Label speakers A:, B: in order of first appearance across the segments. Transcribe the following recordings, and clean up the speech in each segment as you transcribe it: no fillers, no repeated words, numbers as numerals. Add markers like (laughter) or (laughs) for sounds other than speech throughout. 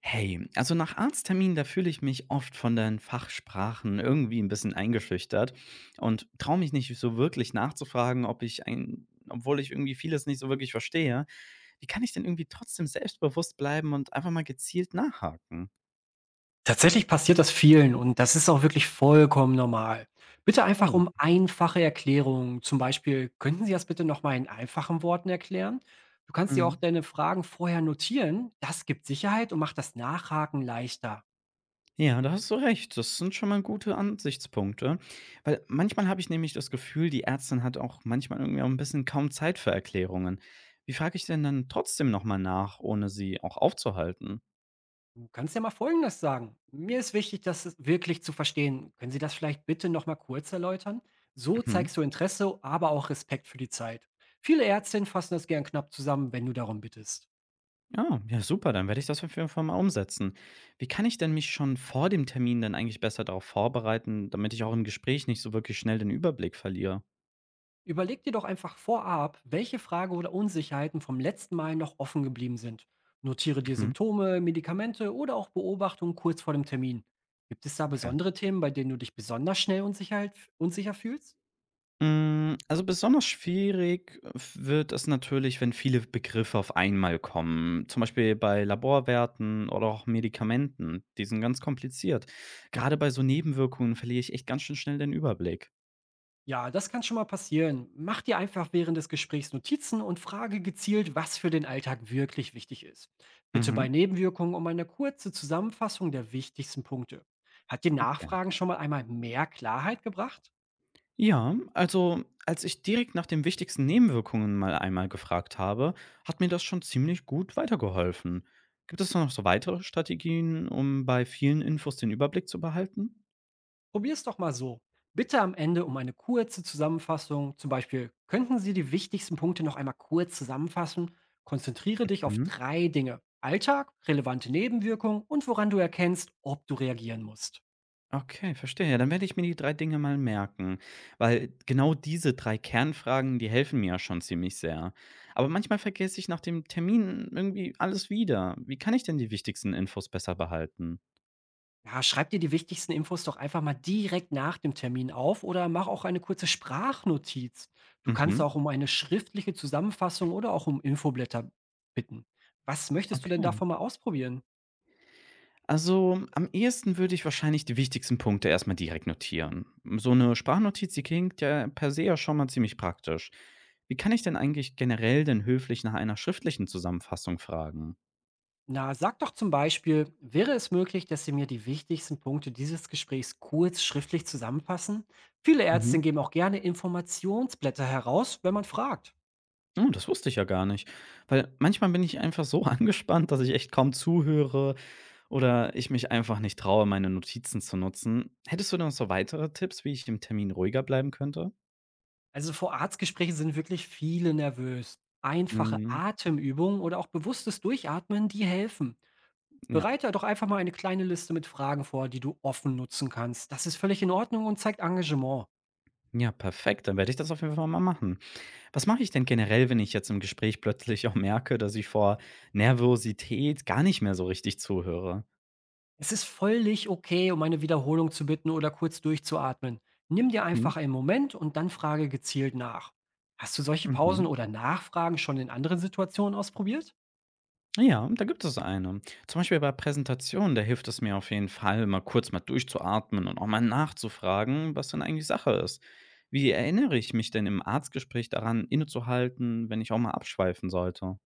A: Hey, also nach Arztterminen, da fühle ich mich oft von den Fachsprachen irgendwie ein bisschen eingeschüchtert und traue mich nicht so wirklich nachzufragen, ob ich ein obwohl ich irgendwie vieles nicht so wirklich verstehe. Wie kann ich denn irgendwie trotzdem selbstbewusst bleiben und einfach mal gezielt nachhaken?
B: Tatsächlich passiert das vielen und das ist auch wirklich vollkommen normal. Bitte einfach
A: Oh,
B: um einfache Erklärungen. Zum Beispiel, könnten Sie das bitte nochmal in einfachen Worten erklären? Du kannst dir auch
A: mhm.
B: deine Fragen vorher notieren. Das gibt Sicherheit und macht das Nachhaken leichter.
A: Ja, da hast du recht. Das sind schon mal gute Ansichtspunkte, weil manchmal habe ich nämlich das Gefühl, die Ärztin hat auch manchmal irgendwie auch 'n bisschen kaum Zeit für Erklärungen. Wie frage ich denn dann trotzdem noch mal nach, ohne sie auch aufzuhalten?
B: Du kannst ja mal Folgendes sagen. Mir ist wichtig, wirklich zu verstehen. Können Sie das vielleicht bitte nochmal kurz erläutern? So
A: Mhm.
B: zeigst du Interesse, aber auch Respekt für die Zeit. Viele Ärztinnen fassen das gern knapp zusammen, wenn du darum bittest.
A: Ah, ja, super, dann werde ich das auf jeden Fall mal umsetzen. Wie kann ich denn mich schon vor dem Termin dann eigentlich besser darauf vorbereiten, damit ich auch im Gespräch nicht so wirklich schnell den Überblick verliere?
B: Überleg dir doch einfach vorab, welche Frage oder Unsicherheiten vom letzten Mal noch offen geblieben sind. Notiere dir
A: Mhm.
B: Symptome, Medikamente oder auch Beobachtungen kurz vor dem Termin. Gibt es da
A: Okay.
B: besondere Themen, bei denen du dich besonders schnell unsicher fühlst?
A: Mm, also besonders schwierig wird es natürlich, wenn viele Begriffe auf einmal kommen. Zum Beispiel bei Laborwerten oder auch Medikamenten. Die sind ganz kompliziert. Gerade bei so Nebenwirkungen verliere ich echt ganz schön schnell den Überblick.
B: Ja, das kann schon mal passieren. Mach dir einfach während des Gesprächs Notizen und frage gezielt, was für den Alltag wirklich wichtig ist. Bitte
A: Mhm.
B: bei Nebenwirkungen um eine kurze Zusammenfassung der wichtigsten Punkte. Hat dir
A: Okay.
B: Nachfragen schon mal einmal mehr Klarheit gebracht?
A: Ja, also als ich direkt nach den wichtigsten Nebenwirkungen mal einmal gefragt habe, hat mir das schon ziemlich gut weitergeholfen. Gibt es da noch so weitere Strategien, um bei vielen Infos den Überblick zu behalten?
B: Probier's doch mal so. Bitte am Ende um eine kurze Zusammenfassung. Zum Beispiel, könnten Sie die wichtigsten Punkte noch einmal kurz zusammenfassen? Konzentriere dich auf
A: Mhm.
B: drei Dinge. Alltag, relevante Nebenwirkungen und woran du erkennst, ob du reagieren musst.
A: Okay, verstehe. Ja, dann werde ich mir die drei Dinge mal merken, weil genau diese drei Kernfragen, die helfen mir ja schon ziemlich sehr. Aber manchmal vergesse ich nach dem Termin irgendwie alles wieder. Wie kann ich denn die wichtigsten Infos besser behalten?
B: Ja, schreib dir die wichtigsten Infos doch einfach mal direkt nach dem Termin auf oder mach auch eine kurze Sprachnotiz. Du kannst
A: Mhm.
B: auch um eine schriftliche Zusammenfassung oder auch um Infoblätter bitten. Was möchtest du denn
A: Okay.
B: davon mal ausprobieren?
A: Also, am ehesten würde ich wahrscheinlich die wichtigsten Punkte erst mal direkt notieren. So eine Sprachnotiz, die klingt ja per se ja schon mal ziemlich praktisch. Wie kann ich denn eigentlich generell denn höflich nach einer schriftlichen Zusammenfassung fragen?
B: Na, sag doch zum Beispiel, wäre es möglich, dass Sie mir die wichtigsten Punkte dieses Gesprächs kurz schriftlich zusammenfassen? Viele
A: Mhm.
B: Ärzte geben auch gerne Informationsblätter heraus, wenn man fragt.
A: Oh, das wusste ich ja gar nicht, weil manchmal bin ich einfach so (laughs) angespannt, dass ich echt kaum zuhöre oder ich mich einfach nicht traue, meine Notizen zu nutzen. Hättest du denn noch so weitere Tipps, wie ich im Termin ruhiger bleiben könnte?
B: Also vor Arztgesprächen sind wirklich viele nervös. Einfache
A: Mhm,
B: Atemübungen oder auch bewusstes Durchatmen, die helfen.
A: ja.
B: Bereite doch einfach mal eine kleine Liste mit Fragen vor, die du offen nutzen kannst. Das ist völlig in Ordnung und zeigt Engagement.
A: Ja, perfekt, dann werde ich das auf jeden Fall mal machen. Was mache ich denn generell, wenn ich jetzt im Gespräch plötzlich auch merke, dass ich vor Nervosität gar nicht mehr so richtig zuhöre?
B: Es ist völlig okay, um eine Wiederholung zu bitten oder kurz durchzuatmen. Nimm dir
A: Mhm.
B: einfach einen Moment und dann frage gezielt nach. Hast du solche Pausen
A: Mhm.
B: oder Nachfragen schon in anderen Situationen ausprobiert?
A: Ja, da gibt es eine. Zum Beispiel bei Präsentationen, da hilft es mir auf jeden Fall, mal kurz mal durchzuatmen und auch mal nachzufragen, was denn eigentlich Sache ist. Wie erinnere ich mich denn im Arztgespräch daran, innezuhalten, wenn ich auch mal abschweifen sollte?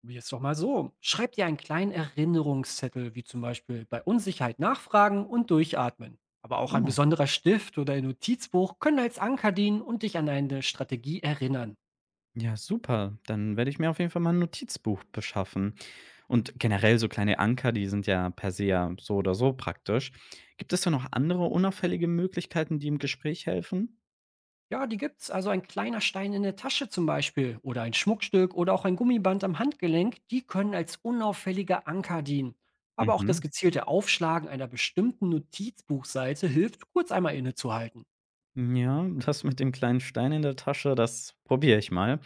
B: Probier's doch mal so. Schreib dir einen kleinen Erinnerungszettel, wie zum Beispiel bei Unsicherheit nachfragen und durchatmen. Aber auch ein
A: Oh.
B: besonderer Stift oder ein Notizbuch können als Anker dienen und dich an eine Strategie erinnern.
A: Ja, super. Dann werde ich mir auf jeden Fall mal 'n Notizbuch beschaffen. Und generell so kleine Anker, die sind ja per se ja so oder so praktisch. Gibt es da noch andere unauffällige Möglichkeiten, die im Gespräch helfen?
B: Ja, die gibt's. Also ein kleiner Stein in der Tasche zum Beispiel oder ein Schmuckstück oder auch ein Gummiband am Handgelenk, die können als unauffälliger Anker dienen. Aber auch das
A: Mhm.
B: gezielte Aufschlagen einer bestimmten Notizbuchseite hilft, kurz einmal innezuhalten.
A: Ja, das mit dem kleinen Stein in der Tasche, das probiere ich mal.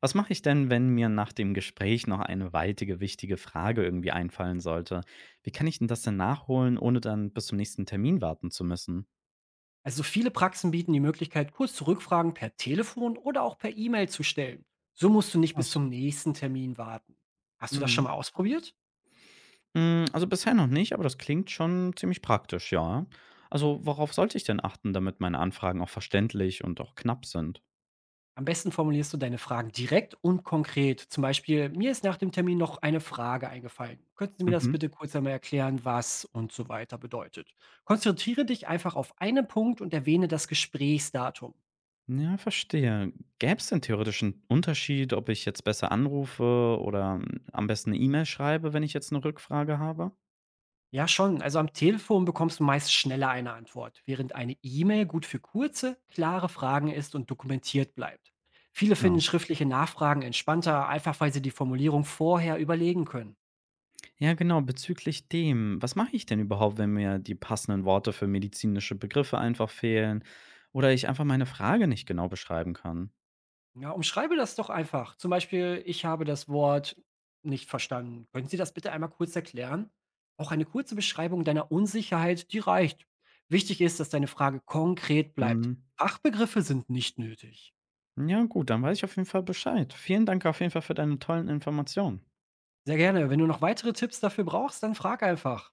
A: Was mache ich denn, wenn mir nach dem Gespräch noch eine weitere wichtige Frage irgendwie einfallen sollte? Wie kann ich denn das denn nachholen, ohne dann bis zum nächsten Termin warten zu müssen?
B: Also viele Praxen bieten die Möglichkeit, kurz Rückfragen per Telefon oder auch per E-Mail zu stellen. So musst du nicht bis
A: Was?
B: zum nächsten Termin warten. Hast du das schon
A: Mhm.
B: mal ausprobiert?
A: Hm, also bisher noch nicht, aber das klingt schon ziemlich praktisch, ja. Also, worauf sollte ich denn achten, damit meine Anfragen auch verständlich und auch knapp sind?
B: Am besten formulierst du deine Fragen direkt und konkret. Zum Beispiel, mir ist nach dem Termin noch eine Frage eingefallen. Könnten Sie mir das
A: Mhm.
B: bitte kurz einmal erklären, was und so weiter bedeutet? Konzentriere dich einfach auf einen Punkt und erwähne das Gesprächsdatum.
A: Ja, verstehe. Gäbe es denn theoretischen Unterschied, ob ich jetzt besser anrufe oder, hm, am besten eine E-Mail schreibe, wenn ich jetzt eine Rückfrage habe?
B: Ja, schon. Also am Telefon bekommst du meist schneller eine Antwort, während eine E-Mail gut für kurze, klare Fragen ist und dokumentiert bleibt. Viele
A: Ja.
B: finden schriftliche Nachfragen entspannter, einfach weil sie die Formulierung vorher überlegen können.
A: Ja, genau, bezüglich dem. Was mache ich denn überhaupt, wenn mir die passenden Worte für medizinische Begriffe einfach fehlen oder ich einfach meine Frage nicht genau beschreiben kann?
B: Ja, umschreibe das doch einfach. Zum Beispiel: „Ich habe das Wort nicht verstanden. Können Sie das bitte einmal kurz erklären?" Auch eine kurze Beschreibung deiner Unsicherheit, die reicht. Wichtig ist, dass deine Frage konkret bleibt.
A: Mhm.
B: Fachbegriffe sind nicht nötig.
A: Ja, gut, dann weiß ich auf jeden Fall Bescheid. Vielen Dank auf jeden Fall für deine tollen Informationen.
B: Sehr gerne. Wenn du noch weitere Tipps dafür brauchst, dann frag einfach.